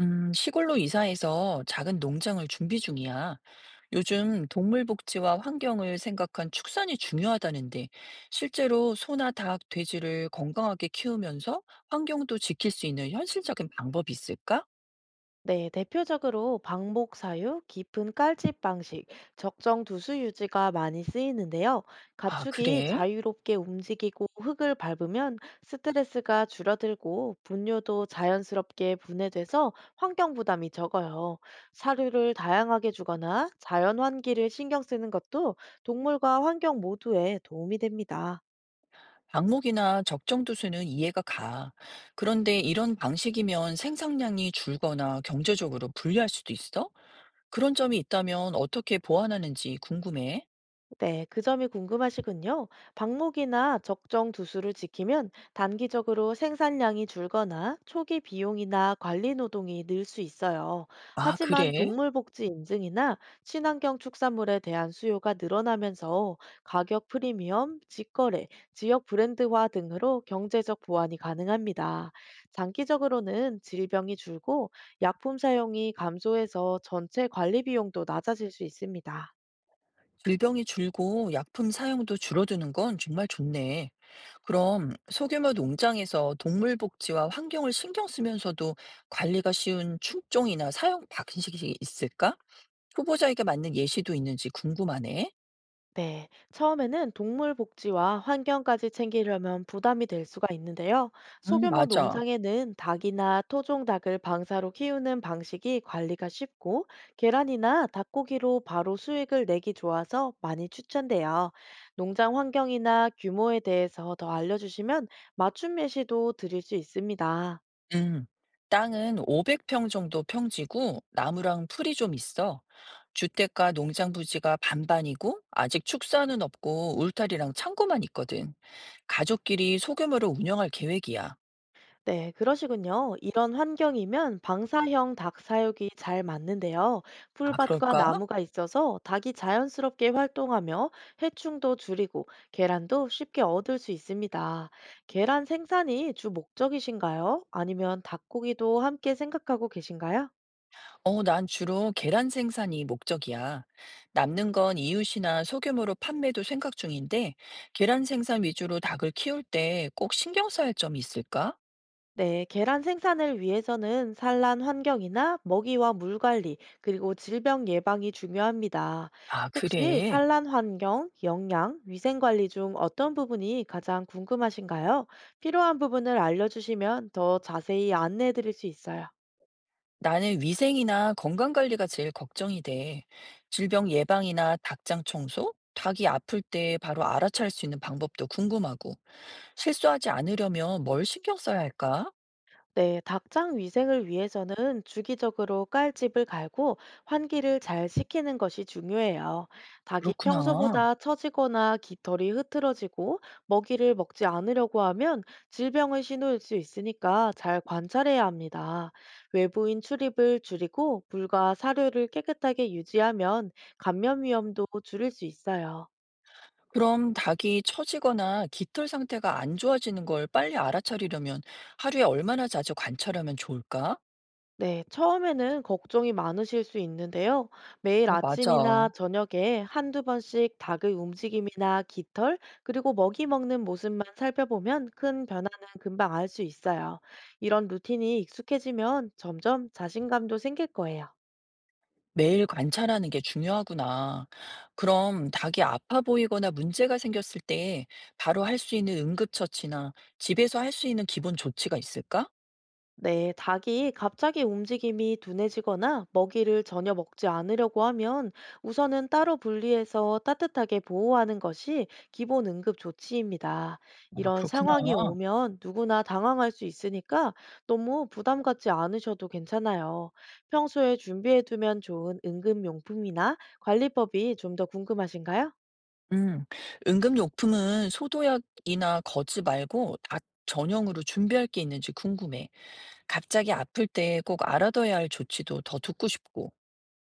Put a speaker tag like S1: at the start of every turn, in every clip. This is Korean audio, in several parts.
S1: 시골로 이사해서 작은 농장을 준비 중이야. 요즘 동물 복지와 환경을 생각한 축산이 중요하다는데, 실제로 소나 닭, 돼지를 건강하게 키우면서 환경도 지킬 수 있는 현실적인 방법이 있을까?
S2: 네, 대표적으로 방목 사유, 깊은 깔집 방식, 적정 두수 유지가 많이 쓰이는데요.
S1: 아,
S2: 가축이
S1: 그래?
S2: 자유롭게 움직이고 흙을 밟으면 스트레스가 줄어들고 분뇨도 자연스럽게 분해돼서 환경 부담이 적어요. 사료를 다양하게 주거나 자연 환기를 신경 쓰는 것도 동물과 환경 모두에 도움이 됩니다.
S1: 방목이나 적정 두수는 이해가 가. 그런데 이런 방식이면 생산량이 줄거나 경제적으로 불리할 수도 있어? 그런 점이 있다면 어떻게 보완하는지 궁금해.
S2: 네, 그 점이 궁금하시군요. 방목이나 적정 두수를 지키면 단기적으로 생산량이 줄거나 초기 비용이나 관리 노동이 늘 수 있어요.
S1: 아,
S2: 하지만
S1: 그래?
S2: 동물복지 인증이나 친환경 축산물에 대한 수요가 늘어나면서 가격 프리미엄, 직거래, 지역 브랜드화 등으로 경제적 보완이 가능합니다. 장기적으로는 질병이 줄고 약품 사용이 감소해서 전체 관리 비용도 낮아질 수 있습니다.
S1: 질병이 줄고 약품 사용도 줄어드는 건 정말 좋네. 그럼 소규모 농장에서 동물 복지와 환경을 신경 쓰면서도 관리가 쉬운 품종이나 사용 방식이 있을까? 후보자에게 맞는 예시도 있는지 궁금하네.
S2: 네, 처음에는 동물 복지와 환경까지 챙기려면 부담이 될 수가 있는데요.
S1: 응,
S2: 소규모
S1: 맞아.
S2: 농장에는 닭이나 토종닭을 방사로 키우는 방식이 관리가 쉽고 계란이나 닭고기로 바로 수익을 내기 좋아서 많이 추천돼요. 농장 환경이나 규모에 대해서 더 알려주시면 맞춤 예시도 드릴 수 있습니다.
S1: 음. 땅은 500평 정도 평지고 나무랑 풀이 좀 있어. 주택과 농장 부지가 반반이고 아직 축사는 없고 울타리랑 창고만 있거든. 가족끼리 소규모로 운영할 계획이야.
S2: 네, 그러시군요. 이런 환경이면 방사형 닭 사육이 잘 맞는데요.
S1: 아,
S2: 풀밭과
S1: 그럴까?
S2: 나무가 있어서 닭이 자연스럽게 활동하며 해충도 줄이고 계란도 쉽게 얻을 수 있습니다. 계란 생산이 주 목적이신가요? 아니면 닭고기도 함께 생각하고 계신가요?
S1: 어, 난 주로 계란 생산이 목적이야. 남는 건 이웃이나 소규모로 판매도 생각 중인데, 계란 생산 위주로 닭을 키울 때 꼭 신경 써야 할 점이 있을까?
S2: 네, 계란 생산을 위해서는 산란 환경이나 먹이와 물 관리, 그리고 질병 예방이 중요합니다.
S1: 아,
S2: 혹시
S1: 그래.
S2: 산란 환경, 영양, 위생 관리 중 어떤 부분이 가장 궁금하신가요? 필요한 부분을 알려주시면 더 자세히 안내해 드릴 수 있어요.
S1: 나는 위생이나 건강 관리가 제일 걱정이 돼. 질병 예방이나 닭장 청소? 닭이 아플 때 바로 알아차릴 수 있는 방법도 궁금하고, 실수하지 않으려면 뭘 신경 써야 할까?
S2: 네, 닭장 위생을 위해서는 주기적으로 깔집을 갈고 환기를 잘 시키는 것이 중요해요. 닭이
S1: 그렇구나.
S2: 평소보다 처지거나 깃털이 흐트러지고 먹이를 먹지 않으려고 하면 질병의 신호일 수 있으니까 잘 관찰해야 합니다. 외부인 출입을 줄이고 물과 사료를 깨끗하게 유지하면 감염 위험도 줄일 수 있어요.
S1: 그럼 닭이 처지거나 깃털 상태가 안 좋아지는 걸 빨리 알아차리려면 하루에 얼마나 자주 관찰하면 좋을까?
S2: 네, 처음에는 걱정이 많으실 수 있는데요. 매일
S1: 어, 맞아.
S2: 아침이나 저녁에 한두 번씩 닭의 움직임이나 깃털, 그리고 먹이 먹는 모습만 살펴보면 큰 변화는 금방 알 수 있어요. 이런 루틴이 익숙해지면 점점 자신감도 생길 거예요.
S1: 매일 관찰하는 게 중요하구나. 그럼 닭이 아파 보이거나 문제가 생겼을 때 바로 할 수 있는 응급처치나 집에서 할 수 있는 기본 조치가 있을까?
S2: 네, 닭이 갑자기 움직임이 둔해지거나 먹이를 전혀 먹지 않으려고 하면 우선은 따로 분리해서 따뜻하게 보호하는 것이 기본 응급 조치입니다.
S1: 아,
S2: 이런
S1: 그렇구나.
S2: 상황이 오면 누구나 당황할 수 있으니까 너무 부담 갖지 않으셔도 괜찮아요. 평소에 준비해두면 좋은 응급용품이나 관리법이 좀 더 궁금하신가요?
S1: 음, 응급용품은 소독약이나 거즈 말고 닭 전용으로 준비할 게 있는지 궁금해. 갑자기 아플 때 꼭 알아둬야 할 조치도 더 듣고 싶고.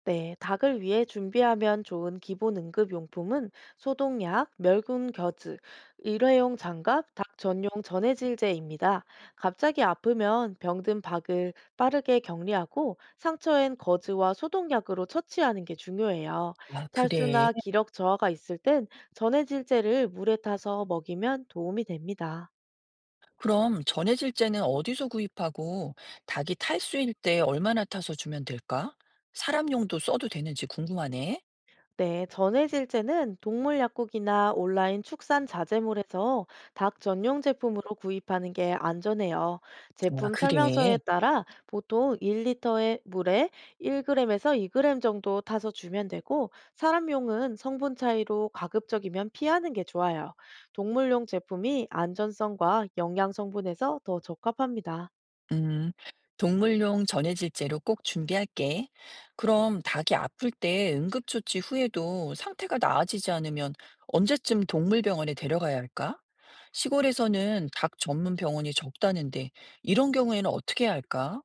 S2: 네, 닭을 위해 준비하면 좋은 기본 응급용품은 소독약, 멸균 겨즈, 일회용 장갑, 닭 전용 전해질제입니다. 갑자기 아프면 병든 박을 빠르게 격리하고 상처엔 거즈와 소독약으로 처치하는 게 중요해요.
S1: 아, 그래.
S2: 탈수나 기력 저하가 있을 땐 전해질제를 물에 타서 먹이면 도움이 됩니다.
S1: 그럼 전해질제는 어디서 구입하고 닭이 탈수일 때 얼마나 타서 주면 될까? 사람용도 써도 되는지 궁금하네.
S2: 네, 전해질제는 동물 약국이나 온라인 축산 자재물에서 닭 전용 제품으로 구입하는 게 안전해요.
S1: 아,
S2: 제품 설명서에
S1: 그래.
S2: 따라 보통 1리터의 물에 1g에서 2g 정도 타서 주면 되고, 사람용은 성분 차이로 가급적이면 피하는 게 좋아요. 동물용 제품이 안전성과 영양 성분에서 더 적합합니다.
S1: 음, 동물용 전해질제로 꼭 준비할게. 그럼 닭이 아플 때 응급조치 후에도 상태가 나아지지 않으면 언제쯤 동물병원에 데려가야 할까? 시골에서는 닭 전문 병원이 적다는데 이런 경우에는 어떻게 해야 할까?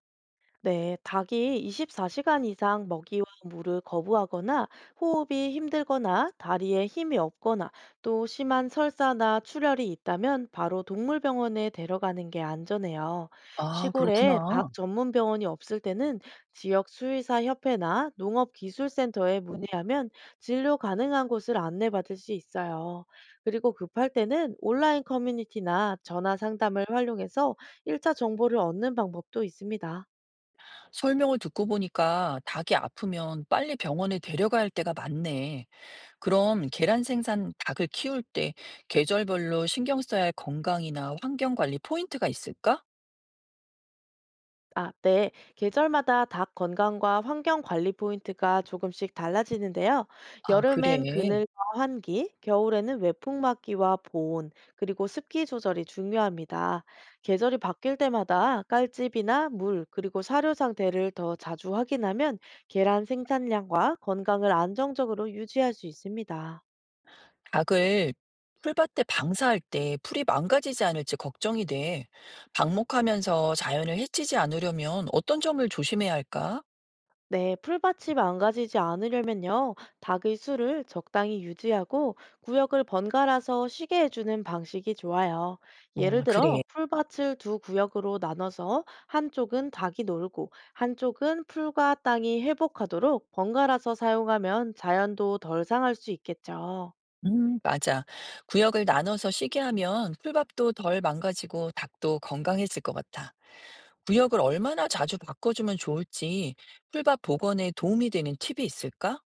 S2: 네, 닭이 24시간 이상 먹이와 물을 거부하거나 호흡이 힘들거나 다리에 힘이 없거나 또 심한 설사나 출혈이 있다면 바로 동물병원에 데려가는 게 안전해요.
S1: 아,
S2: 시골에
S1: 그렇구나.
S2: 닭 전문 병원이 없을 때는 지역 수의사 협회나 농업기술센터에 문의하면 진료 가능한 곳을 안내받을 수 있어요. 그리고 급할 때는 온라인 커뮤니티나 전화 상담을 활용해서 1차 정보를 얻는 방법도 있습니다.
S1: 설명을 듣고 보니까 닭이 아프면 빨리 병원에 데려가야 할 때가 많네. 그럼 계란 생산 닭을 키울 때 계절별로 신경 써야 할 건강이나 환경 관리 포인트가 있을까?
S2: 아, 네. 계절마다 닭 건강과 환경 관리 포인트가 조금씩 달라지는데요.
S1: 아, 그래.
S2: 여름엔 그늘과 환기, 겨울에는 외풍 맞기와 보온, 그리고 습기 조절이 중요합니다. 계절이 바뀔 때마다 깔집이나 물, 그리고 사료 상태를 더 자주 확인하면 계란 생산량과 건강을 안정적으로 유지할 수 있습니다.
S1: 닭을 풀밭에 방사할 때 풀이 망가지지 않을지 걱정이 돼. 방목하면서 자연을 해치지 않으려면 어떤 점을 조심해야 할까?
S2: 네, 풀밭이 망가지지 않으려면요, 닭의 수를 적당히 유지하고 구역을 번갈아서 쉬게 해주는 방식이 좋아요. 예를
S1: 어,
S2: 들어,
S1: 그래.
S2: 풀밭을 두 구역으로 나눠서 한쪽은 닭이 놀고, 한쪽은 풀과 땅이 회복하도록 번갈아서 사용하면 자연도 덜 상할 수 있겠죠.
S1: 맞아. 구역을 나눠서 쉬게 하면 풀밥도 덜 망가지고 닭도 건강해질 것 같아. 구역을 얼마나 자주 바꿔주면 좋을지 풀밥 복원에 도움이 되는 팁이 있을까?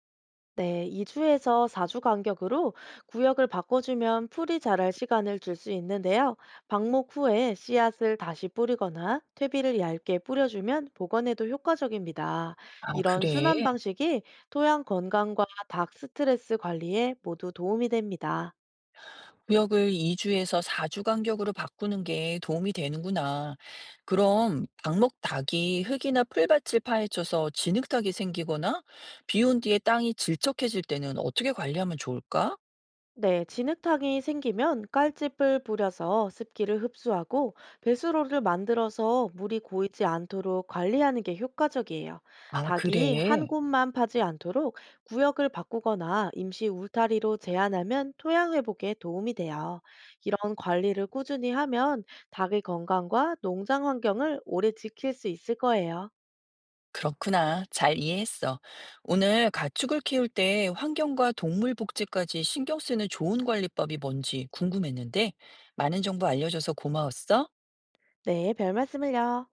S2: 네, 2주에서 4주 간격으로 구역을 바꿔주면 풀이 자랄 시간을 줄 수 있는데요. 방목 후에 씨앗을 다시 뿌리거나 퇴비를 얇게 뿌려주면 복원에도 효과적입니다.
S1: 아,
S2: 이런
S1: 그래.
S2: 순환 방식이 토양 건강과 닭 스트레스 관리에 모두 도움이 됩니다.
S1: 구역을 2주에서 4주 간격으로 바꾸는 게 도움이 되는구나. 그럼 방목 닭이 흙이나 풀밭을 파헤쳐서 진흙탕이 생기거나 비온 뒤에 땅이 질척해질 때는 어떻게 관리하면 좋을까?
S2: 네, 진흙탕이 생기면 깔집을 뿌려서 습기를 흡수하고 배수로를 만들어서 물이 고이지 않도록 관리하는 게 효과적이에요.
S1: 아,
S2: 닭이 한
S1: 그래.
S2: 곳만 파지 않도록 구역을 바꾸거나 임시 울타리로 제한하면 토양 회복에 도움이 돼요. 이런 관리를 꾸준히 하면 닭의 건강과 농장 환경을 오래 지킬 수 있을 거예요.
S1: 그렇구나. 잘 이해했어. 오늘 가축을 키울 때 환경과 동물 복지까지 신경 쓰는 좋은 관리법이 뭔지 궁금했는데 많은 정보 알려줘서 고마웠어.
S2: 네, 별 말씀을요.